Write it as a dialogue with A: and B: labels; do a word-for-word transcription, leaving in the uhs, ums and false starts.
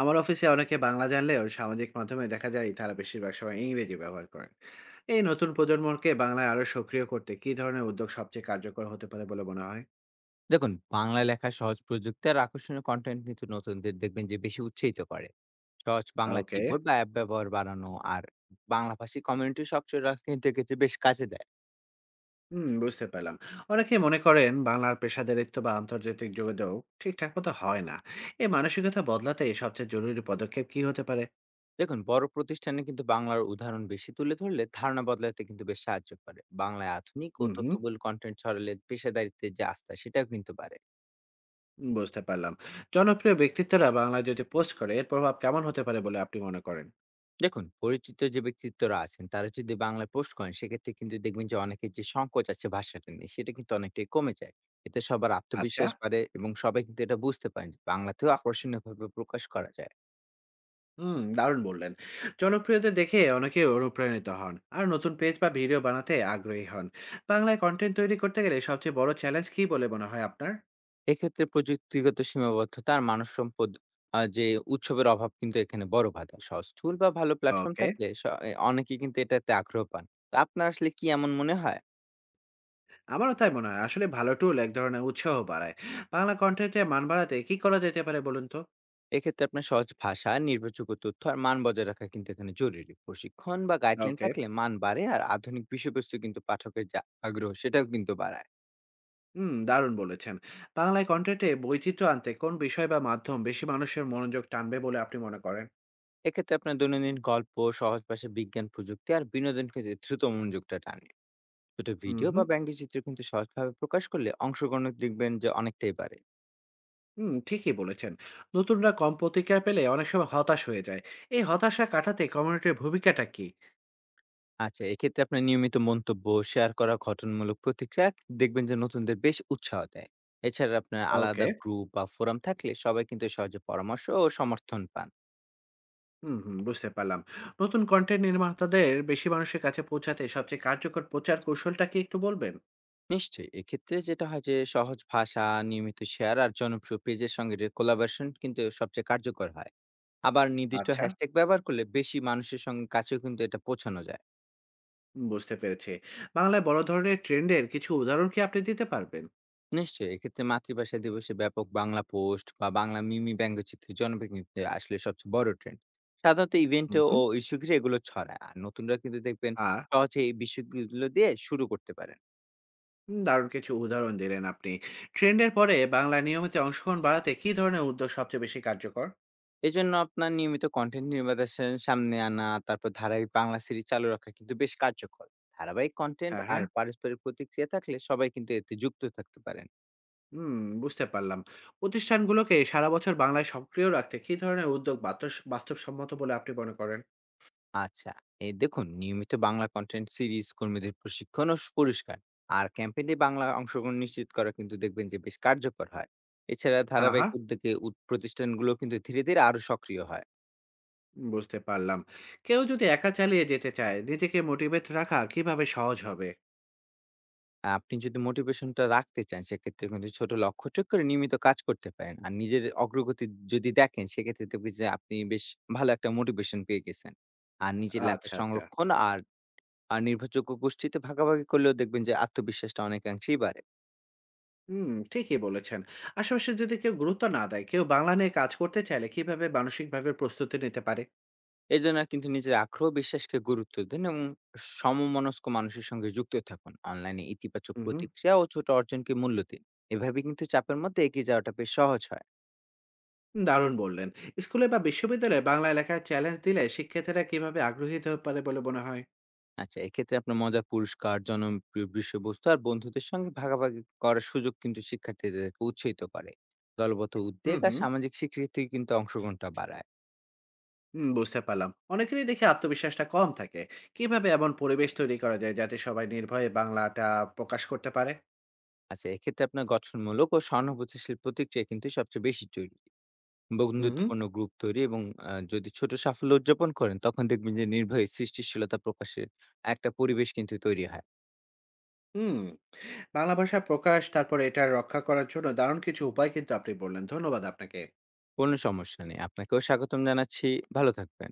A: আমার অফিসে অনেকে বাংলা জানলেও সামাজিক মাধ্যমে দেখা যায় তারা বেশিরভাগ সময় ইংরেজি ব্যবহার করেন। এই নতুন প্রজন্মকে বাংলায় আরো সক্রিয় করতে কি ধরনের উদ্যোগ সবচেয়ে কার্যকর হতে পারে বলে মনে হয়?
B: দেখুন, বাংলা লেখা সহজ প্রযুক্তি আর আকর্ষণীয় কন্টেন্ট কিন্তু নতুনদের দেখবেন যে বেশি উৎসাহিত করে। সহজ বাংলা
A: ওকে।
B: কিবোর্ড বা অ্যাপ ব্যবহার বাড়ানো আর বাংলা ভাষী কমিউনিটি সক্রিয় রাখা কিন্তু এক্ষেত্রে বেশ কাজে দেয়।
A: হুম, বুঝতে পেলাম। অনেকে মনে করেন বাংলার পেশাদারিত্ব বা আন্তর্জাতিক যোগাযোগ ঠিকঠাক মতো হয় না। এই মানসিকতা বদলাতে সবচেয়ে জরুরি পদক্ষেপ কি হতে পারে?
B: দেখুন, বড় প্রতিষ্ঠানে কিন্তু বাংলার উদাহরণ বেশি তুলে ধরলে ধারণা বদলাতে কিন্তু বেশ সাহায্য করে। বাংলায় আধুনিক ও
A: হুম, হুম,
B: তথ্যবহুল কন্টেন্ট ছড়ালে পেশাদারিত্বের যে আস্থা সেটাও কিন্তু বাড়ে।
A: বুঝতে পারলাম। জনপ্রিয় ব্যক্তিত্বরা বাংলায় যদি পোস্ট করে এর প্রভাব কেমন হতে পারে বলে আপনি মনে করেন?
B: দেখুন, পরিচিত যে ব্যক্তিত্বরা আছেন তারা যদি বাংলায় পোস্ট করেন, সেক্ষেত্রে কিন্তু দেখবেন যে অনেকের যে সংকোচ আছে ভাষাটা নিয়ে সেটা কিন্তু অনেকটাই কমে যায়। এতে সবার
A: আচ্ছা।
B: আত্মবিশ্বাস বাড়ে এবং সবাই কিন্তু এটা বুঝতে পারেন যে বাংলাতেও আকর্ষণীয় ভাবে প্রকাশ করা যায়।
A: হুম, দারুণ বললেন। জনপ্রিয়দের দেখে অনেকে অনুপ্রাণিত হন। আর নতুন পেজ বা ভিডিও বানাতে আগ্রহী হন। বাংলায় কনটেন্ট তৈরি করতে গেলে সবচেয়ে বড় চ্যালেঞ্জ কী বলে মনে হয় আপনার?
B: এক্ষেত্রে প্রযুক্তিগত সীমাবদ্ধতা আর মানব সম্পদ আহ, যে উৎসবের অভাব কিন্তু এখানে বড় বাধা। সহজ tool বা ভালো প্ল্যাটফর্ম
A: ওকে।
B: থাকলে স- এ, অনেকে কিন্তু এটাতে আগ্রহ পান। তো আপনার আসলে কি এমন মনে হয়?
A: আমারও তাই মনে হয়। আসলে ভালো টুল এক ধরনের উৎসাহ বাড়ায়। বাংলা কনটেন্টের মান বাড়াতে কী করা যেতে পারে বলুন তো?
B: এক্ষেত্রে আপনার সহজ ভাষা, নির্ভরযোগ্য তথ্য আর মান বজায় রাখা কিন্তু এখানে জরুরি। প্রশিক্ষণ বা গাইডলাইন
A: ওকে।
B: থাকলে মান বাড়ে আর আধুনিক বিষয়বস্তু কিন্তু পাঠকের যা আগ্রহ সেটাও কিন্তু বাড়ায়।
A: হুম, দারুণ বলেছেন। বাংলায় কনটেন্টে বৈচিত্র্য আনতে কোন বিষয় বা মাধ্যম বেশি মানুষের মনোযোগ টানবে বলে আপনি মনে করেন?
B: এক্ষেত্রে আপনার দৈনন্দিন গল্প, সহজ ভাষায় বিজ্ঞান, প্রযুক্তি আর বিনোদন ক্ষেত্রে দ্রুত মনোযোগটা টানে। ছোট ভিডিও
A: উহু।
B: বা ব্যঙ্গচিত্র কিন্তু সহজভাবে প্রকাশ করলে অংশগ্রহণ দেখবেন যে অনেকটাই বাড়ে।
A: হুম, ঠিকই বলেছেন। নতুনরা কম প্রতিক্রিয়া পেলে অনেক সময় হতাশ হয়ে যায়। এই হতাশা কাটাতে কমিউনিটির ভূমিকাটা কি?
B: আচ্ছা, এক্ষেত্রে আপনার নিয়মিত মন্তব্য, শেয়ার করা ঘটনামূলক প্রতিক্রিয়া দেখবেন যে নতুনদের বেশ উৎসাহ দেয়। এছাড়া আপনার
A: ওকে।
B: আলাদা গ্রুপ বা ফোরাম থাকলে সবাই কিন্তু সহজে পরামর্শ ও সমর্থন পান।
A: হুম, হুম, বুঝতে পারলাম। নতুন কনটেন্ট নির্মাতাদের বেশি মানুষের কাছে পৌঁছাতে সবচেয়ে কার্যকর প্রচার কৌশলটা কি একটু বলবেন?
B: নিশ্চয়ই। এক্ষেত্রে যেটা হয় যে সহজ ভাষা, নিয়মিত শেয়ার আর জনপ্রিয় পেজের সঙ্গে যে কোলাবরেশন কিন্তু সবচেয়ে কার্যকর হয়। আবার নির্দিষ্ট
A: আচ্ছা,
B: হ্যাশট্যাগ ব্যবহার করলে বেশি মানুষের সঙ্গে কাছেও কিন্তু এটা পৌঁছানো যায়।
A: বুঝতে পেরেছি। বাংলায় বড় ধরনের ট্রেন্ডের কিছু উদাহরণ কি আপনি দিতে পারবেন?
B: নিশ্চয়ই, এক্ষেত্রে মাতৃভাষা দিবসে ব্যাপক বাংলা পোস্ট বা বাংলা মিমি ব্যঙ্গচিত্রের জনপ্রিয় কিন্তু আসলে সবচেয়ে বড় ট্রেন্ড। সাধারণত ইভেন্টে
A: হুম,
B: ও
A: হুম।
B: ইস্যু ঘিরে এগুলো ছড়ায়। আর নতুনরা কিন্তু দেখবেন
A: আর
B: সহজে এই বিষয়গুলো দিয়ে শুরু করতে পারেন।
A: হুম, দারুণ কিছু উদাহরণ দিলেন আপনি। ট্রেন্ডের পরে বাংলায় নিয়মিত অংশগ্রহণ বাড়াতে কী ধরনের উদ্যোগ সবচেয়ে বেশি কার্যকর?
B: এজন্য আপনার নিয়মিত কনটেন্ট নির্মাতাদের সামনে আনা, তারপর ধারাবাহিক বাংলা সিরিজ চালু রাখা কিন্তু বেশ কার্যকর। ধারাবাহিক কনটেন্ট
A: হ্যাঁ,
B: আর
A: হ্যাঁ।
B: পারস্পরিক প্রতিক্রিয়া থাকলে সবাই কিন্তু এতে যুক্ত থাকতে পারেন।
A: হুম, বুঝতে পারলাম। প্রতিষ্ঠানগুলোকে সারা বছর বাংলায় সক্রিয় রাখতে কি ধরনের উদ্যোগ বাতস বাস্তবসম্মত বলে আপনি মনে করেন?
B: আচ্ছা, এই দেখুন নিয়মিত বাংলা কনটেন্ট সিরিজ, কর্মীদের প্রশিক্ষণ ও পুরস্কার আর ক্যাম্পেইনে বাংলা অংশগ্রহণ নিশ্চিত করা কিন্তু দেখবেন যে বেশ কার্যকর হয়। এছাড়া
A: হ্যাঁ,
B: ধারাবাহিক
A: হ্যাঁ,
B: উদ্যোগে উদ প্রতিষ্ঠানগুলো কিন্তু ধীরে, ধীরে আরো সক্রিয় হয়।
A: বুঝতে পারলাম। কেউ যদি একা চালিয়ে যেতে চায়, নিজেকে মোটিভেট রাখা কিভাবে সহজ হবে?
B: আপনি যদি মোটিভেশনটা রাখতে চান, সেক্ষেত্রে কিন্তু ছোট লক্ষ্য ঠিক করে নিয়মিত কাজ করতে পারেন। আর নিজের অগ্রগতি যদি দেখেন, সেক্ষেত্রে দেখবেন যে আপনি বেশ ভালো একটা মোটিভেশন পেয়ে গেছেন। আর নিজের লেখা
A: আচ্ছা, আচ্ছা।
B: সংরক্ষণ আর আর নির্ভরযোগ্য গোষ্ঠীতে ভাগাভাগি করলেও দেখবেন যে আত্মবিশ্বাসটা অনেকাংশেই বাড়ে।
A: হুম, ঠিকই বলেছেন। আশেপাশে যদি কেউ গুরুত্ব না দেয়, কেউ বাংলা নিয়ে কাজ করতে চাইলে কিভাবে মানসিকভাবে প্রস্তুতি নিতে পারে?
B: এজন্য কিন্তু নিজের আগ্রহ ও বিশ্বাসকে গুরুত্ব দিন এবং সমমনস্ক মানুষের সঙ্গে যুক্ত থাকুন। অনলাইনে ইতিবাচক
A: হুম, হুম,
B: প্রতিক্রিয়া ও ছোট অর্জনকে মূল্য দিন। এভাবে কিন্তু চাপের মধ্যে এগিয়ে যাওয়াটা বেশ সহজ হয়।
A: দারুণ বললেন। স্কুলে বা বিশ্ববিদ্যালয়ে বাংলা লেখার চ্যালেঞ্জ দিলে শিক্ষার্থীরা কিভাবে আগ্রহী হতে পারে বলে মনে হয়?
B: আচ্ছা, এক্ষেত্রে আপনার মজার পুরস্কার, জনপ্রিয় বিষয়বস্তু আর বন্ধুদের সঙ্গে ভাগাভাগি করার সুযোগ কিন্তু শিক্ষার্থীদেরকে উৎসাহিত করে। দলগত
A: হুম,
B: উদ্যোগ আর
A: হুম।
B: সামাজিক স্বীকৃতি কিন্তু অংশগ্রহণটা বাড়ায়।
A: হুম, বুঝতে পারলাম। অনেকেরই দেখি আত্মবিশ্বাসটা কম থাকে। কিভাবে এমন পরিবেশ তৈরি করা যায় যাতে সবাই নির্ভয়ে বাংলাটা প্রকাশ করতে পারে?
B: আচ্ছা, এক্ষেত্রে আপনার গঠনমূলক ও সহানুভূতিশীল প্রতিক্রিয়া কিন্তু সবচেয়ে বেশি জরুরি।
A: হুম, হুম।
B: বন্ধুত্বপূর্ণ গ্রুপ তৈরি এবং আ যদি ছোট সাফল্য উদযাপন করেন, তখন দেখবেন যে নির্ভয়ে সৃষ্টিশীলতা প্রকাশের একটা পরিবেশ কিন্তু তৈরি হয়।
A: হুম, বাংলা ভাষা প্রকাশ তারপরে এটা রক্ষা করার জন্য দারুণ কিছু উপায় কিন্তু আপনি বললেন। ধন্যবাদ আপনাকে।
B: কোনো সমস্যা নেই। আপনাকেও স্বাগতম জানাচ্ছি। ভালো থাকবেন।